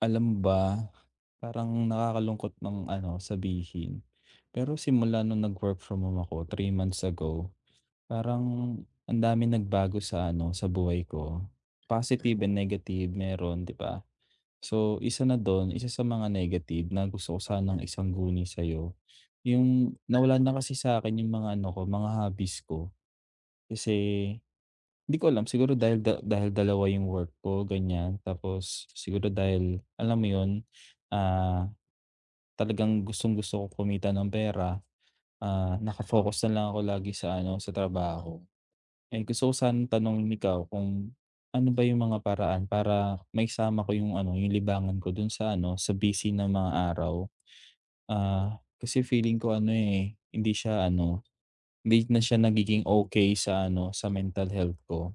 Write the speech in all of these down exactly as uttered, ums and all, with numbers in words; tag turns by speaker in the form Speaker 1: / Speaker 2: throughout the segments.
Speaker 1: Alam mo ba, parang nakakalungkot ng ano, sabihin, pero simula nung nag-work from home ako three months ago, parang ang daming nagbago sa ano, sa buhay ko. Positive and negative meron, 'di ba? So, isa na dun, isa sa mga negative na gusto ko sanang isangguni sa'yo, yung nawala na kasi sa akin yung mga ano ko, mga hobbies ko. Kasi hindi ko alam, siguro dahil da dahil dalawa yung work ko, ganyan. Tapos siguro dahil alam mo yun. ah Talagang gustong-gusto ko kumita ng pera. Ah, naka-focus na lang ako lagi sa ano, sa trabaho. Eh, gusto ko sanang tanungin ikaw kung ano ba yung mga paraan para maisama ko yung ano, yung libangan ko dun sa ano, sa busy na mga araw. Ah, kasi feeling ko ano, eh, hindi siya ano, hindi na siya nagiging okay sa ano, sa mental health ko.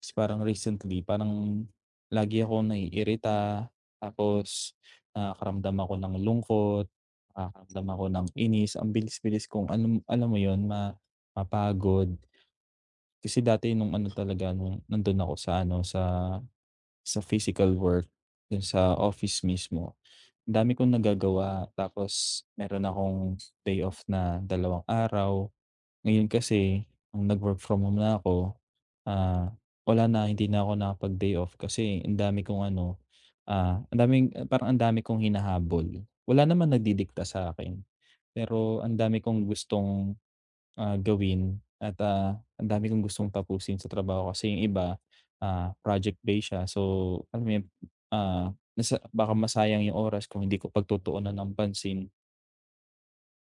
Speaker 1: Tapos parang recently, parang lagi akong naiirita, tapos nakakaramdam ako ng lungkot, nakakaramdam ako ng inis, ang bilis-bilis kong alam alam mo 'yun, ma mapagod. Kasi dati nung ano talaga, nung nandun ako sa ano, sa sa physical work, dun sa office mismo, ang dami kong nagagawa tapos meron akong day off na dalawang araw. Ngayon kasi nung nag-work from home na ako, ah, wala na hindi na ako nakapag-day off kasi ang dami kong ano, ah, ang daming parang ang dami kong hinahabol. Wala naman nagdidikta sa akin, pero ang dami kong gustong, ah, gawin at, ah, ang dami kong gustong tapusin sa trabaho kasi yung iba, ah, project based siya. So, alam mo yun, ah, nasa baka masayang yung oras kung hindi ko pagtutuunan ng pansin.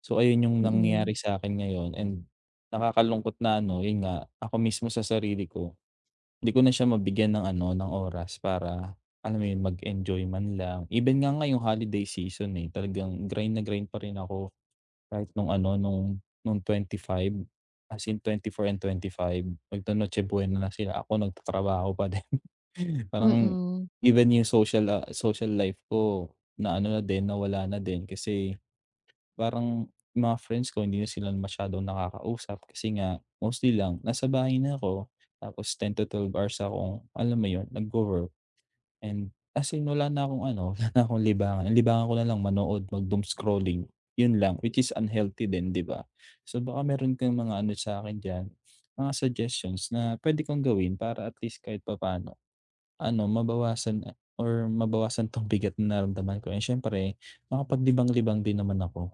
Speaker 1: So ayun yung
Speaker 2: Mm,
Speaker 1: nangyayari sa akin ngayon and nakakalungkot na ano, yun nga, ako mismo sa sarili ko, hindi ko na siya mabigyan ng ano, ng oras para alam mo yun, mag-enjoy man lang. Even nga ngayong holiday season, eh, talagang grind na grind pa rin ako kahit nung ano, nung nung five as in four and twenty five magno Noche Buena na sila, ako nagtatrabaho pa din. Parang
Speaker 2: mm,
Speaker 1: even yung social, ah, social life ko na ano na din, nawala na din kasi parang mga friends ko hindi na sila masyadong nakakausap kasi nga mostly lang nasa bahay na ako tapos ten to twelve hours akong alam mo yun, nagwo-work and as in wala na akong ano, wala na akong libangan. Ang libangan ko na lang manood, mag-doom scrolling, yun lang, which is unhealthy din, 'di ba? So baka meron kang mga ano sa'kin diyan, mga suggestions na puwede kong gawin para at least kahit papaano ano, mabawasan a or mabawasan 'tong bigat na nararamdaman ko and siyempre makapaglibang-libang din naman ako.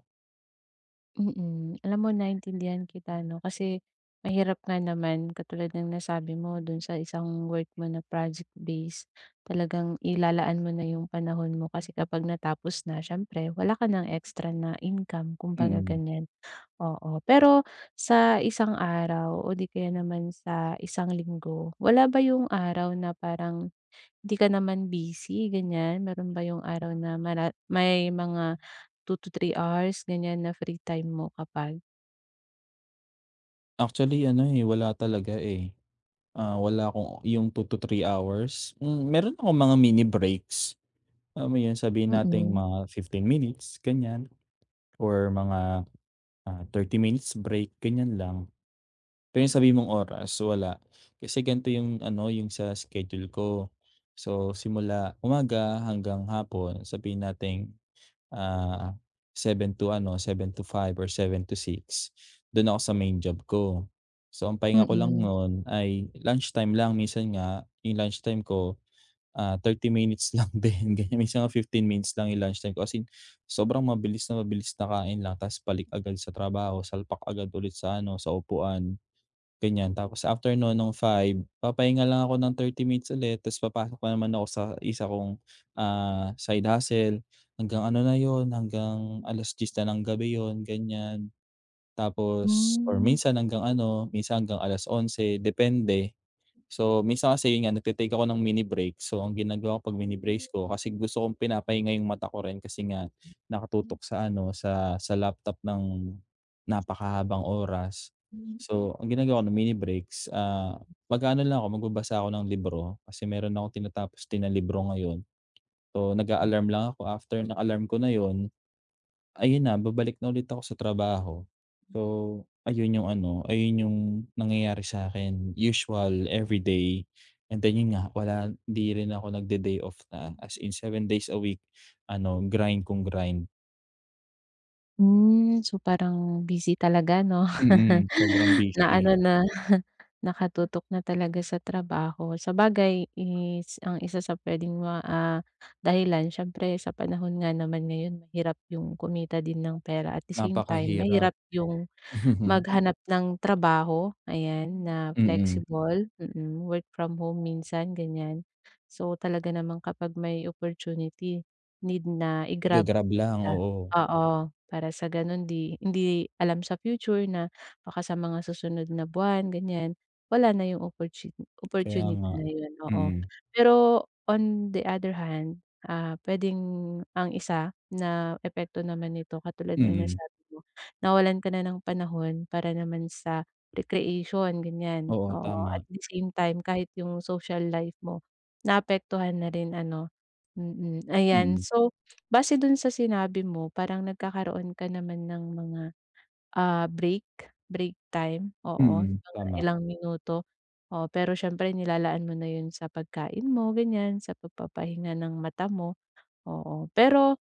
Speaker 2: mm. Alam mo naintindihan kita 'no, kasi mahirap nga naman katulad ng nasabi mo dun sa isang work mo na project based, talagang ilalaan mo na yung panahon mo kasi kapag natapos na siyempre wala ka ng extra na income kumbaga
Speaker 1: Mm.
Speaker 2: ganyan, oo. Pero sa isang araw o di kaya naman sa isang linggo, wala ba yung araw na parang di ka naman busy, ganyan? Meron ba yung araw na mara may mga two to three hours ganyan na free time mo kapag?
Speaker 1: Actually ano, eh, wala talaga, eh. Ah, wala akong yung two to three hours. Hmm, meron akong mga mini breaks, alam mo yun, sabihin nating
Speaker 2: Mm-mm.
Speaker 1: mga fifteen minutes, ganyan, or mga, ah, thirty minutes break, ganyan lang. Pero yung sabihin mong oras, wala. Kasi ganito yung ano, yung sa schedule ko. So, simula umaga hanggang hapon, sabihin natin, ah, seven to ano, seven to five or seven to six do'n ako sa main job ko. So, ang pahinga ko lang
Speaker 2: Mm-mm.
Speaker 1: noon ay lunchtime lang, minsan nga yung lunchtime ko, ah, thirty minutes lang din, ganyan. Minsan nga fifteen minutes lang yung lunchtime ko as sobrang mabilis na mabilis na kain lang tapos balik agad sa trabaho, salpak agad ulit sa ano, sa upuan. Ganyan, tapos after no'n nung five, papahinga lang ako ng thirty minutes ulit tapos papasok na naman ako sa isa kong, ah, side hustle. Hanggang ano na yon hanggang
Speaker 2: Mm,
Speaker 1: alas diyes na ng gabi yon ganyan. Tapos or
Speaker 2: mm.
Speaker 1: minsan hanggang ano, minsan hanggang alas onse depende. So, minsan kasi yun nga nagte ako ng mini break. So, ang ginagawa ko 'pag mini breaks ko kasi gusto kong pinapahinga yung mata ko rin kasi nga nakatutok sa ano, sa sa laptop ng napakahabang oras. So, ang ginagawa ko ng mini breaks, ah, mag-aano lang ako, magbabasa ako ng libro kasi meron akong tinatapos din na libro ngayon. So, nag
Speaker 2: Hmm.
Speaker 1: alarm lang ako after ng alarm ko na yun, ayun na, babalik na ulit ako sa trabaho. So, ayun yung ano, ayun yung nangyayari sa akin, usual, everyday. And then yun nga, wala di rin ako nagde-day off na, as in seven days a week, ano, grind kung grind.
Speaker 2: Hmm, so parang busy talaga 'no?
Speaker 1: Mm, sobrang
Speaker 2: Na
Speaker 1: busy,
Speaker 2: ano na nakatutok na talaga sa trabaho. Sa bagay is ang isa sa puwedeng ma ah, dahilan siyempre sa panahon nga naman ngayon mahirap yung kumita din ng pera at the same time
Speaker 1: napakahirap.
Speaker 2: mahirap yung maghanap ng trabaho, ayan, na
Speaker 1: Mm,
Speaker 2: flexible, mm, work from home minsan, ganyan. So, talaga naman kapag may opportunity need na i-grab
Speaker 1: ga-Grab lang,
Speaker 2: maganda,
Speaker 1: oo.
Speaker 2: oo. Para sa gano'n 'di hindi alam sa future na baka sa mga susunod na buwan ganyan, wala na yung opportu
Speaker 1: Kaya
Speaker 2: opportunity
Speaker 1: nga.
Speaker 2: na yun, oo.
Speaker 1: Mm,
Speaker 2: Pero on the other hand, ah, puwedeng ang isa na epekto naman nito katulad ng
Speaker 1: mm.
Speaker 2: nasabi mo, nawalan ka na ng panahon para naman sa recreation ganyan,
Speaker 1: Oo,
Speaker 2: oo. At
Speaker 1: tama.
Speaker 2: the same time kahit yung social life mo, naapektuhan na rin ano, mm, ayan.
Speaker 1: Mm,
Speaker 2: So base dun sa sinabi mo parang nagkakaroon ka naman ng mga, ah, break, break time, oo,
Speaker 1: mm,
Speaker 2: mga
Speaker 1: tama.
Speaker 2: ilang minuto. Oo, pero siyempre nilalaan mo na yun sa pagkain mo ganyan, sa pagpapahinga ng mata mo, oo. Pero,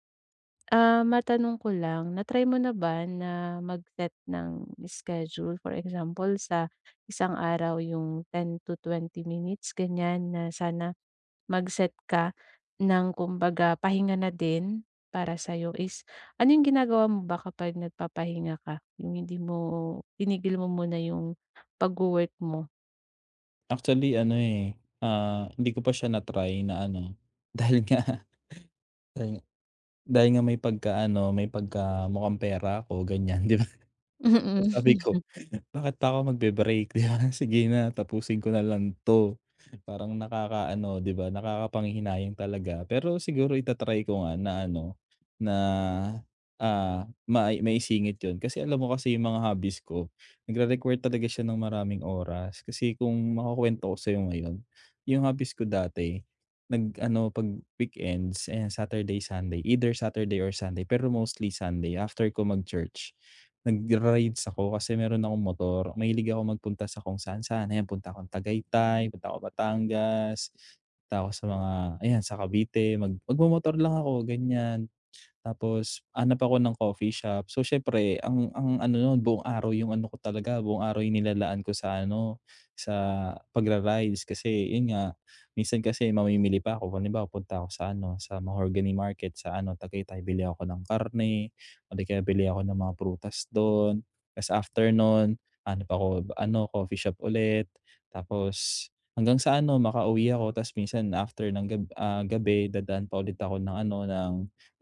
Speaker 2: ah, matanong ko lang, na-try mo na ba na mag-set ng schedule? For example, sa isang araw yung ten to twenty minutes ganyan na sana mag-set ka ng kumbaga pahinga na din para sa is ano yung ginagawa mo ba kapag nagpapahinga ka? Yung hindi mo tinigil mo muna yung pagwo-work mo?
Speaker 1: Actually ano, eh, ah, hindi ko pa siya na-try na ano, dahil nga dahil dahil nga may pagka ano, may pagka mukhang pera ako ganyan, 'di ba? Sabi
Speaker 2: Mm.
Speaker 1: ko bakit pa ako magbe-break, 'di ba? Sige na tapusin ko na lang 'to. Parang nakakaano, 'di ba, nakakapanghihinayang talaga. Pero siguro ita ko nga na ano, na, ah, may maisingit yon. Kasi alam mo kasi yung mga hobbies ko, nagre-require talaga siya ng maraming oras. Kasi kung makukuwento ko sa'yo ngayon, yung hobbies ko dati, nag-ano 'pag weekends, eh Saturday, Sunday, either Saturday or Sunday, pero mostly Sunday after ko mag-church. Nagra-rides ako kasi meron akong motor. Mahilig ako magpunta sa kung saan-saan. Ayan, punta akong Tagaytay, punta ako Batangas, punta ako sa mga ayan, sa Cavite. Mag magmomotor lang ako, ganyan. Tapos hanap ako ng coffee shop. So siyempre ang ang ano nun buong araw yung ano ko talaga, buong araw yung nilalaan ko sa ano, sa pagra-rides kasi yun nga, minsan kasi mamimili pa ako. Halimbawa punta ako sa ano, sa Mahogany Market sa ano, Tagaytay, bili ako ng karne o di kaya bili ako ng mga prutas dun. Ta's after nun, hanap ako ano, coffee shop ulit. Tapos hanggang sa ano, makauwi ako ta's minsan after ng gab ah, gabi dadaan pa ulit ako ng ano, ng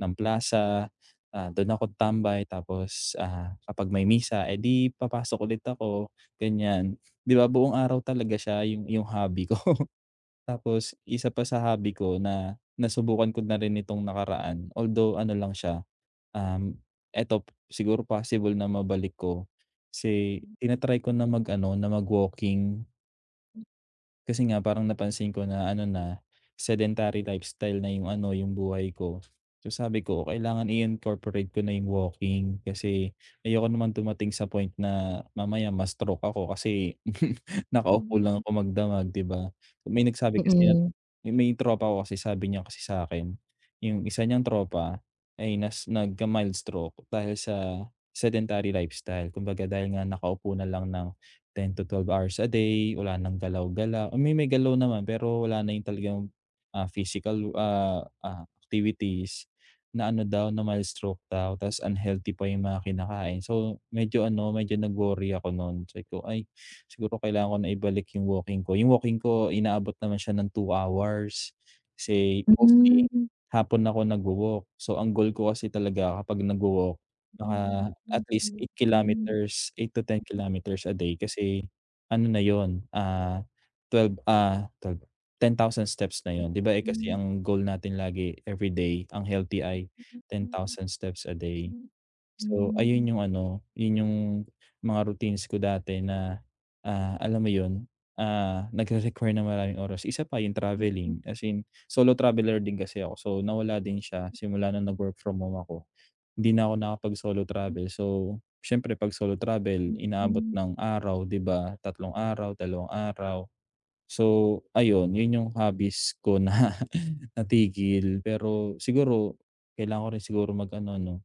Speaker 1: ng plaza, ah, do'n ako tambay tapos, ah, kapag may misa, eh, di papasok ulit ako, ganyan. 'Di ba, buong araw talaga siya yung yung hobby ko. Tapos isa pa sa hobby ko na nasubukan ko na rin nitong nakaraan, although ano lang siya, um, eto siguro possible na mabalik ko, kasi tina-try ko na mag-ano, na mag-walking. Kasi nga parang napansin ko na ano na, sedentary lifestyle na yung ano, yung buhay ko. So sabi ko, kailangan i-incorporate ko na yung walking kasi ayoko naman tumating sa point na mamaya ma-stroke ako kasi nakaupo lang ako magdamag, 'di ba? So, may nagsabi kasi na
Speaker 2: Mm.
Speaker 1: may may tropa ko kasi sabi niya kasi sa akin, yung isa niyang tropa ay nas nagka-mild stroke dahil sa sedentary lifestyle. Kumbaga dahil nga nakaupo na lang ng ten to twelve hours a day, wala ng galaw-galaw. I mean, may galaw naman pero wala na yung talagang, ah, physical, ah, ah, activities na ano daw, na mild stroke daw ta's unhealthy pa yung mga kinakain. So, medyo ano, medyo nag-worry ako no'n. Sabi ko, "Ay, siguro kailangan ko na ibalik yung walking ko." Yung walking ko inaabot naman siya ng two hours kasi mostly hapon ako nagwo-walk. So, ang goal ko kasi talaga kapag nagwo-walk, at least eight kilometers, eight to ten kilometers a day kasi ano na yon? ah, twelve ah, twelve, ten thousand steps na yon. 'Di ba, eh, kasi ang goal natin lagi every day ang healthy ay ten thousand steps a day. So ayun yung ano, yun yung mga routines ko dati na, ah, alam mo yun, ah, nagre-require ng maraming oras. Isa pa yung traveling as in solo traveler din kasi ako so nawala din siya simula nung nag-work from home ako. Hindi na ako nakapag-solo travel. So, siyempre 'pag solo travel inaabot
Speaker 2: Hmm.
Speaker 1: ng araw, 'di ba? Tatlong araw, dalawang araw. So, ayun, yun yung hobbies ko na natigil. Pero siguro kailangan ko rin siguro mag-ano 'no.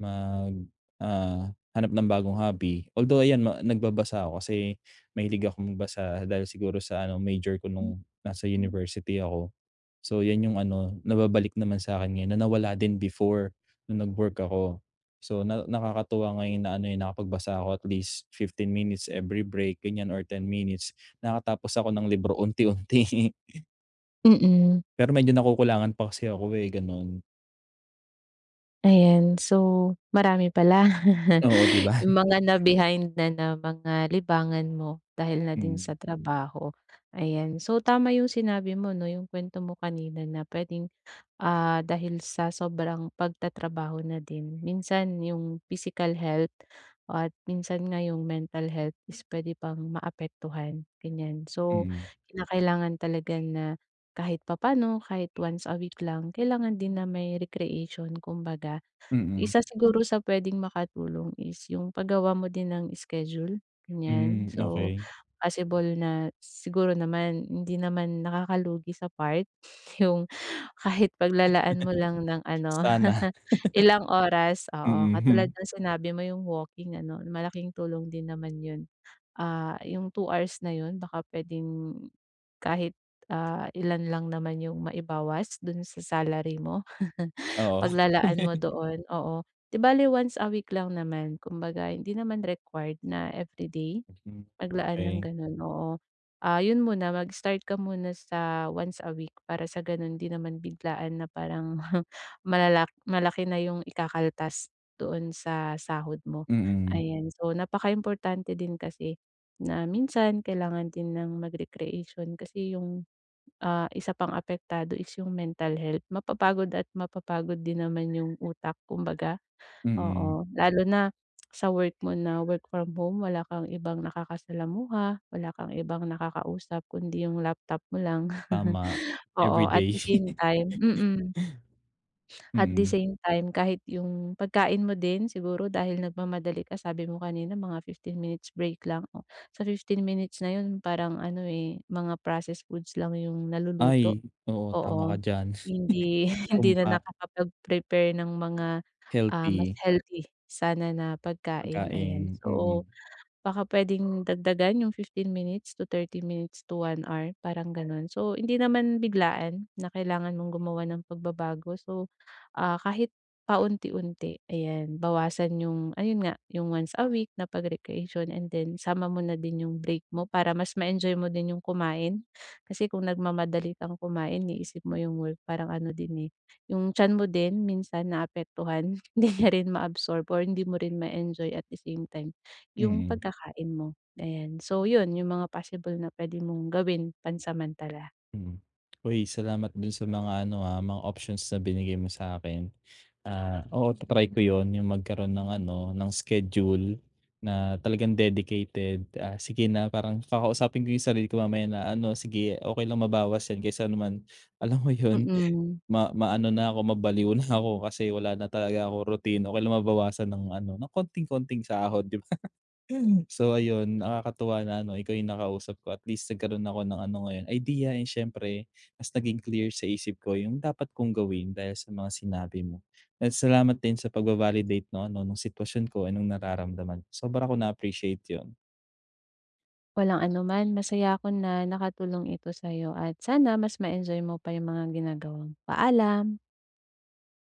Speaker 1: Mag, ah, Hanap ng bagong hobby. Although ayan ma nagbabasa ako kasi mahilig akong magbasa dahil siguro sa ano major ko nung nasa university ako. So 'yan yung ano nababalik naman sa akin ngayon na nawala din before nung nag-work ako. So na nakakatuwa ngayon na ano, eh, nakapagbasa ako at least fifteen minutes every break ganyan or ten minutes. Nakatapos ako ng libro unti-unti.
Speaker 2: Mm,
Speaker 1: Pero medyo nakukulangan pa kasi ako, eh, gano'n.
Speaker 2: ayan. So, marami pala.
Speaker 1: Oo, 'di ba?
Speaker 2: Yung mga na-behind na na mga libangan mo dahil na din sa trabaho, ayan. So, tama yung sinabi mo 'no, yung kuwento mo kanina na puwedeng, ah, dahil sa sobrang pagtatrabaho na din minsan yung physical health at minsan nga yung mental health is puwede pang maapektuhan, ganyan.
Speaker 1: Mm.
Speaker 2: So,
Speaker 1: Mm.
Speaker 2: kinakailangan talaga na kahit papaano, kahit once a week lang, kailangan din na may recreation kumbaga.
Speaker 1: Mm.
Speaker 2: Isa siguro sa puwedeng makatulong is yung paggawa mo din ng schedule, ganyan.
Speaker 1: Hmm,
Speaker 2: So,
Speaker 1: okay.
Speaker 2: possible na siguro naman hindi naman nakakalugi sa part yung kahit paglalaan mo lang ng ano,
Speaker 1: Sana,
Speaker 2: ilang oras, oo. Katulad
Speaker 1: mm,
Speaker 2: ng sinabi mo yung walking ano, malaking tulong din naman yun. Ah, yung two hours na yun baka puwedeng kahit, ah, ilan lang naman yung maibawas dun sa salary mo.
Speaker 1: oo.
Speaker 2: Paglalaan mo doon, oo. 'Di bale once a week lang naman kumbaga hindi naman required na everyday.
Speaker 1: Hmm,
Speaker 2: Maglaan ng
Speaker 1: Okey,
Speaker 2: gano'n, oo. Ah, 'yun muna mag-start ka muna sa once a week para sa gano'n di naman biglaan na parang malalak malaki na yung ikakaltas doon sa sahod mo,
Speaker 1: mm,
Speaker 2: ayan. So, importante din kasi na minsan kailangan din ng mag-recreation kasi yung, ah, isa pang apektado is yung mental health. Mapapagod at mapapagod din naman yung utak kumbaga.
Speaker 1: mm,
Speaker 2: Oo, lalo na sa work mo na work from home wala kang ibang nakakasalamuha, wala kang ibang nakakausap kundi yung laptop mo lang.
Speaker 1: tama,
Speaker 2: Oo, at
Speaker 1: everyday.
Speaker 2: the same time mm. At the
Speaker 1: Mm,
Speaker 2: same time kahit yung pagkain mo din siguro dahil nagmamadali ka sabi mo kanina mga fifteen minutes break lang, oh, sa fifteen minutes na yun parang ano, eh, mga processed foods lang yung
Speaker 1: ay,
Speaker 2: naluluto,
Speaker 1: oo tama ka
Speaker 2: oo.
Speaker 1: diyan.
Speaker 2: Hindi hindi na
Speaker 1: Tumpak,
Speaker 2: nakakapag-prepare ng mga ah, mas
Speaker 1: healthy
Speaker 2: healthy sana na pagkain, ayan.
Speaker 1: pagkain, mm,
Speaker 2: So, baka puwedeng dagdagan yung fifteen minutes to thirty minutes to one hour, parang gano'n. So, hindi naman biglaan na kailangan mong gumawa ng pagbabago. So, ah, kahit paunti-unti, ayan. Bawasan yung ayun nga, yung once a week na pag-recreation and then sama mo na din yung break mo para mas ma-enjoy mo din yung kumain. Kasi kung nagmamadali kang kumain, iniisip mo yung work, parang ano din, eh, yung tiyan mo din minsan naapektuhan. Hindi niya rin ma-absorb or hindi mo rin ma-enjoy at the same time. Yung
Speaker 1: mm.
Speaker 2: pagkakain mo, ayan. So yun, yung mga possible na puwede mong gawin pansamantala.
Speaker 1: Mm. Uy, salamat dun sa mga ano, ah, mga options na binigay mo sa akin. Ah, oo, ta-try ko yon yung magkaroon ng ano, ng schedule na talagang dedicated. Ah, sige na parang kakausapin ko yung sarili ko mamaya na ano, "Sige okay lang mabawas yan kaysa naman" alam mo yun,
Speaker 2: Mm.
Speaker 1: ma maano na ako, mabaliw na ako kasi wala na talaga ako routine. Okay lang mabawasan ng ano, ng konting-konting sahod, 'di ba? Mm. So ayun, nakakatuwa na ano, ikaw yung nakausap ko at least nagkaroon ako ng ano ngayon, idea and siyempre mas naging clear sa isip ko yung dapat kong gawin dahil sa mga sinabi mo. At salamat din sa pag validate 'no, ano, nung sitwasyon ko at nung nararamdaman. Sobra ko na-appreciate yun.
Speaker 2: Walang anuman, masaya ako na nakatulong ito sa'yo at sana mas ma-enjoy mo pa yung mga ginagawa mo. Paalam.